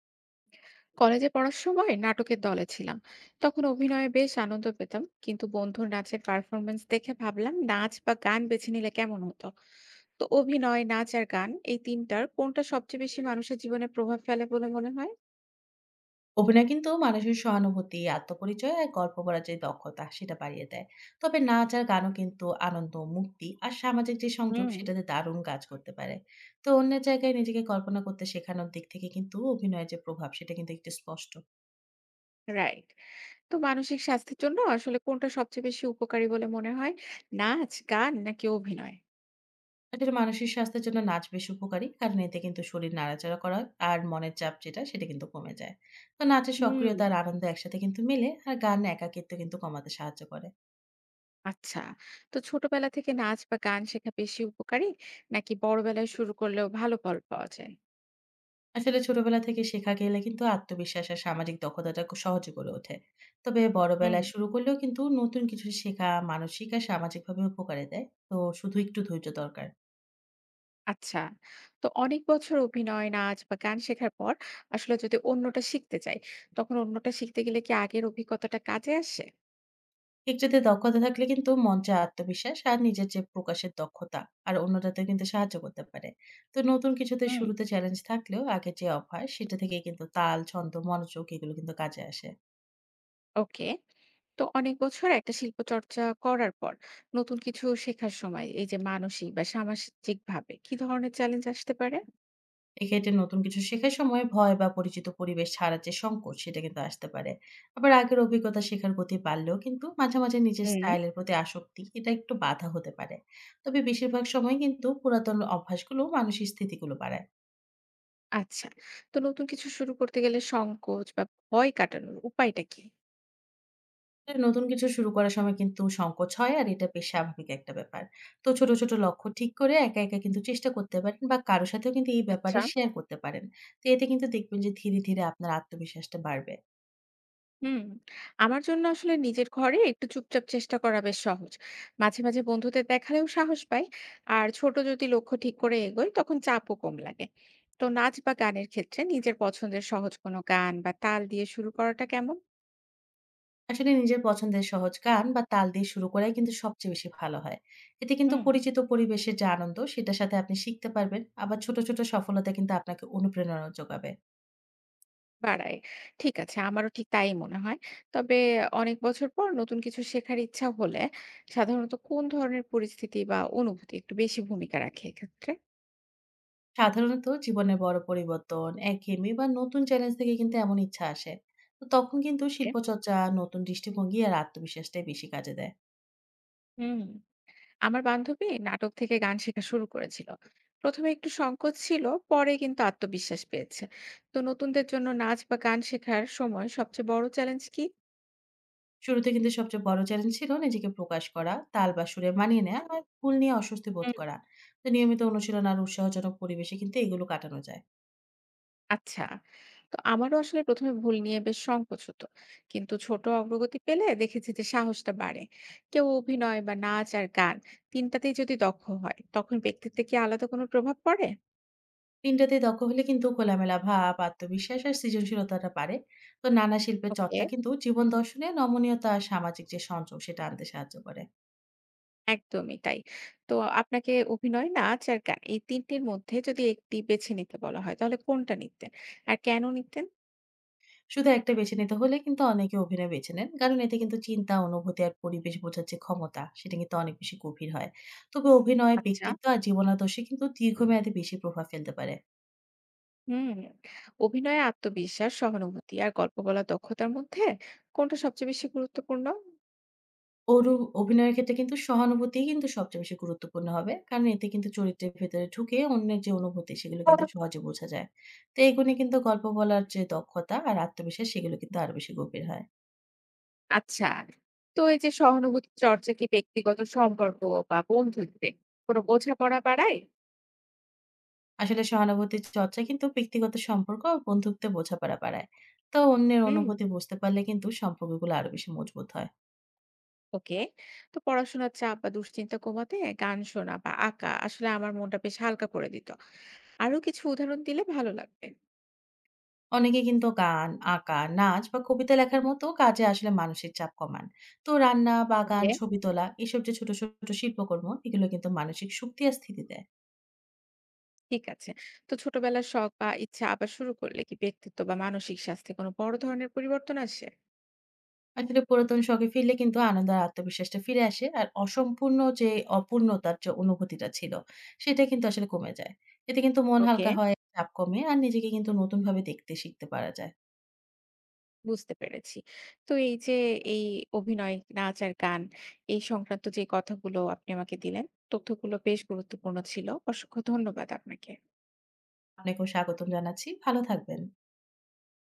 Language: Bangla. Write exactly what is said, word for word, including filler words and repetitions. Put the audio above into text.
কলেজে পড়ার সময় নাটকের দলে ছিলাম। তখন অভিনয়ে বেশ আনন্দ পেতাম, কিন্তু বন্ধুর নাচের পারফরমেন্স দেখে ভাবলাম নাচ বা গান বেছে নিলে কেমন হতো। তো অভিনয়, নাচ আর গান এই তিনটার কোনটা সবচেয়ে বেশি মানুষের জীবনে প্রভাব ফেলে বলে মনে হয়? অভিনয় কিন্তু মানুষের সহানুভূতি, আত্মপরিচয় আর গল্প বলার যে দক্ষতা সেটা বাড়িয়ে দেয়। তবে নাচ আর গানও কিন্তু আনন্দ, মুক্তি আর সামাজিক যে সংযোগ হুম। সেটাতে দারুণ কাজ করতে পারে। তো অন্যের জায়গায় নিজেকে কল্পনা করতে শেখানোর দিক থেকে কিন্তু অভিনয়ের যে প্রভাব সেটা কিন্তু একটু স্পষ্ট। রাইট। তো মানসিক স্বাস্থ্যের জন্য আসলে কোনটা সবচেয়ে বেশি উপকারী বলে মনে হয়, নাচ, গান নাকি অভিনয়? আসলে মানসিক স্বাস্থ্যের জন্য নাচ বেশ উপকারী কারণ এতে কিন্তু শরীর নাড়াচাড়া করা আর মনের চাপ যেটা সেটা কিন্তু কমে যায়। তো নাচের হুম। সক্রিয়তা আর আনন্দ একসাথে কিন্তু মেলে আর গান একাকিত্ব কিন্তু কমাতে সাহায্য করে। আচ্ছা। তো ছোটবেলা থেকে নাচ বা গান শেখা বেশি উপকারী, নাকি বড়বেলায় শুরু করলেও ভালো ফল পাওয়া যায়? আসলে ছোটবেলা থেকে শেখা গেলে কিন্তু আত্মবিশ্বাস আর সামাজিক দক্ষতাটা খুব সহজে গড়ে ওঠে। তবে হুম। বড়বেলায় শুরু করলেও কিন্তু নতুন কিছু শেখা মানসিক আর সামাজিকভাবে উপকারে দেয়, তো শুধু একটু ধৈর্য দরকার। আচ্ছা। তো অনেক বছর অভিনয়, নাচ বা গান শেখার পর আসলে যদি অন্যটা শিখতে চাই, তখন অন্যটা শিখতে গেলে কি আগের অভিজ্ঞতাটা কাজে আসে? একটাতে দক্ষতা থাকলে কিন্তু মঞ্চে আত্মবিশ্বাস আর নিজের যে প্রকাশের দক্ষতা আর অন্যটাতে কিন্তু সাহায্য করতে পারে। তো নতুন কিছুতে হুম। শুরুতে চ্যালেঞ্জ থাকলেও আগে যে অভ্যাস সেটা থেকে কিন্তু তাল ছন্দ মনোযোগ এগুলো কিন্তু কাজে আসে। ওকে। তো অনেক বছর একটা শিল্প চর্চা করার পর নতুন কিছু শেখার সময় এই যে মানসিক বা সামাজিকভাবে কি ধরনের চ্যালেঞ্জ আসতে পারে? এক্ষেত্রে নতুন কিছু শেখার সময় ভয় বা পরিচিত পরিবেশ ছাড়ার যে সংকোচ সেটা কিন্তু আসতে পারে। আবার আগের অভিজ্ঞতা শেখার গতি বাড়লেও কিন্তু মাঝে, মাঝে নিজের হুম। স্টাইলের প্রতি আসক্তি এটা একটু বাধা হতে পারে। তবে বেশিরভাগ সময় কিন্তু পুরাতন অভ্যাসগুলো মানসিক স্থিতিগুলো বাড়ায়। আচ্ছা। তো নতুন কিছু শুরু করতে গেলে সংকোচ বা ভয় কাটানোর উপায়টা কি? তাই নতুন কিছু শুরু করার সময় কিন্তু সংকোচ হয় আর এটা বেশ স্বাভাবিক একটা ব্যাপার। তো ছোট, ছোট লক্ষ্য ঠিক করে একা, একা কিন্তু চেষ্টা করতে পারেন বা কারো সাথেও কিন্তু এই ব্যাপারে আচ্ছা। শেয়ার করতে পারেন। তো এতে কিন্তু দেখবেন যে ধীরে, ধীরে আপনার আত্মবিশ্বাসটা বাড়বে। হুম, আমার জন্য আসলে নিজের ঘরে একটু চুপচাপ চেষ্টা করা বেশ সহজ। মাঝে মাঝে বন্ধুদের দেখালেও সাহস পাই। আর ছোট যদি লক্ষ্য ঠিক করে এগোই তখন চাপও কম লাগে। তো নাচ বা গানের ক্ষেত্রে নিজের পছন্দের সহজ কোনো গান বা তাল দিয়ে শুরু করাটা কেমন? আসলে নিজের পছন্দের সহজ গান বা তাল দিয়ে শুরু করাই কিন্তু সবচেয়ে বেশি ভালো হয়। এতে কিন্তু হুম, পরিচিত পরিবেশের যে আনন্দ সেটার সাথে আপনি শিখতে পারবেন। আবার ছোট, ছোট সফলতা কিন্তু আপনাকে অনুপ্রেরণা যোগাবে। বাড়ায়। ঠিক আছে, আমারও ঠিক তাই মনে হয়। তবে অনেক বছর পর নতুন কিছু শেখার ইচ্ছা হলে সাধারণত কোন ধরনের পরিস্থিতি বা অনুভূতি একটু বেশি ভূমিকা রাখে এক্ষেত্রে? সাধারণত জীবনের বড় পরিবর্তন, একঘেয়েমি বা নতুন চ্যালেঞ্জ থেকে কিন্তু এমন ইচ্ছা আসে। তো তখন কিন্তু ওকে। শিল্পচর্চা, নতুন দৃষ্টিভঙ্গি আর আত্মবিশ্বাসটাই বেশি কাজে দেয়। হুম। আমার বান্ধবী নাটক থেকে গান শেখা শুরু করেছিল, প্রথমে একটু সংকোচ ছিল, পরে কিন্তু আত্মবিশ্বাস পেয়েছে। তো নতুনদের জন্য নাচ বা গান শেখার সময় সবচেয়ে বড় চ্যালেঞ্জ কি? শুরুতে কিন্তু সবচেয়ে বড় চ্যালেঞ্জ ছিল নিজেকে প্রকাশ করা, তাল বা সুরে মানিয়ে নেয়া আর ভুল নিয়ে অস্বস্তি বোধ হুম, করা। তো নিয়মিত অনুশীলন আর উৎসাহজনক পরিবেশে কিন্তু এগুলো কাটানো যায়। আচ্ছা। তো আমারও আসলে প্রথমে ভুল নিয়ে বেশ সংকোচ হতো, কিন্তু ছোট অগ্রগতি পেলে দেখেছি যে সাহসটা বাড়ে। কেউ অভিনয় বা নাচ আর গান তিনটাতেই যদি দক্ষ হয় তখন ব্যক্তিত্বে কি আলাদা কোনো প্রভাব পড়ে? তিনটাতে দক্ষ হলে কিন্তু খোলামেলা ভাব, আত্মবিশ্বাস আর সৃজনশীলতাটা বাড়ে। তো নানা শিল্পের ওকে, চর্চা কিন্তু জীবন দর্শনে নমনীয়তা আর সামাজিক যে সংযোগ সেটা আনতে সাহায্য করে। একদমই তাই। তো আপনাকে অভিনয়, নাচ আর গান এই তিন টির মধ্যে যদি একটি বেছে নিতে বলা হয় তাহলে কোনটা নিতেন? আর কেন নিতেন? শুধু একটা বেছে নিতে হলে কিন্তু অনেকে অভিনয় বেছে নেন। কারণ এতে কিন্তু চিন্তা, অনুভূতি আর পরিবেশ বোঝার যে ক্ষমতা সেটা কিন্তু অনেক বেশি গভীর হয়। তবে অভিনয়, আচ্ছা। ব্যক্তিত্ব আর জীবনাদর্শে কিন্তু দীর্ঘমেয়াদে বেশি প্রভাব ফেলতে পারে। হুম। অভিনয়ে আত্মবিশ্বাস, সহানুভূতি আর গল্প বলার দক্ষতার মধ্যে কোনটা সবচেয়ে বেশি গুরুত্বপূর্ণ? ওর ও অভিনয়ের ক্ষেত্রে কিন্তু সহানুভূতিই কিন্তু সবচেয়ে বেশি গুরুত্বপূর্ণ হবে। কারণ এতে কিন্তু চরিত্রের ভেতরে ঢুকে অন্যের যে অনুভূতি সেগুলো কিন্তু সহজে বোঝা যায়। তো এই গুণে কিন্তু গল্প বলার যে দক্ষতা আর আত্মবিশ্বাস সেগুলো কিন্তু আরো বেশি গভীর হয়। আচ্ছা। তো এই যে সহানুভূতি চর্চা কি ব্যক্তিগত সম্পর্ক বা বন্ধুত্বে কোন বোঝাপড়া বাড়ায়? আসলে সহানুভূতির চর্চা কিন্তু ব্যক্তিগত সম্পর্ক ও বন্ধুত্বে বোঝাপড়া বাড়ায়। তো অন্যের হুম। অনুভূতি বুঝতে পারলে কিন্তু সম্পর্কগুলো আরো বেশি মজবুত হয়। ওকে। তো পড়াশোনার চাপ বা দুশ্চিন্তা কমাতে গান শোনা বা আঁকা আসলে আমার মনটা বেশ হালকা করে দিত। আরো কিছু উদাহরণ দিলে ভালো লাগবে। অনেকে কিন্তু গান, আঁকা, নাচ বা কবিতা লেখার মতো কাজে আসলে মানসিক চাপ কমান। তো রান্না, বাগান, ওকে, ছবি তোলা এসব যে ছোট, ছোট শিল্পকর্ম এগুলো কিন্তু মানসিক শক্তি আর স্থিতি দেয়। ঠিক আছে। তো ছোটবেলার শখ বা ইচ্ছা আবার শুরু করলে কি ব্যক্তিত্ব বা মানসিক স্বাস্থ্যে কোনো বড় ধরনের পরিবর্তন আসে? আসলে পুরাতন শখে ফিরলে কিন্তু আনন্দ আর আত্মবিশ্বাসটা ফিরে আসে আর অসম্পূর্ণ যে অপূর্ণতার যে অনুভূতিটা ছিল সেটা কিন্তু আসলে কমে যায়। এতে কিন্তু মন ওকে, হালকা হয়, চাপ কমে আর নিজেকে কিন্তু নতুনভাবে দেখতে শিখতে পারা যায়। বুঝতে পেরেছি। তো এই যে এই অভিনয়, নাচ আর গান এই সংক্রান্ত যে কথাগুলো আপনি আমাকে দিলেন, তথ্যগুলো বেশ গুরুত্বপূর্ণ ছিল। অসংখ্য ধন্যবাদ আপনাকে। আপনাকেও স্বাগতম জানাচ্ছি। ভালো থাকবেন।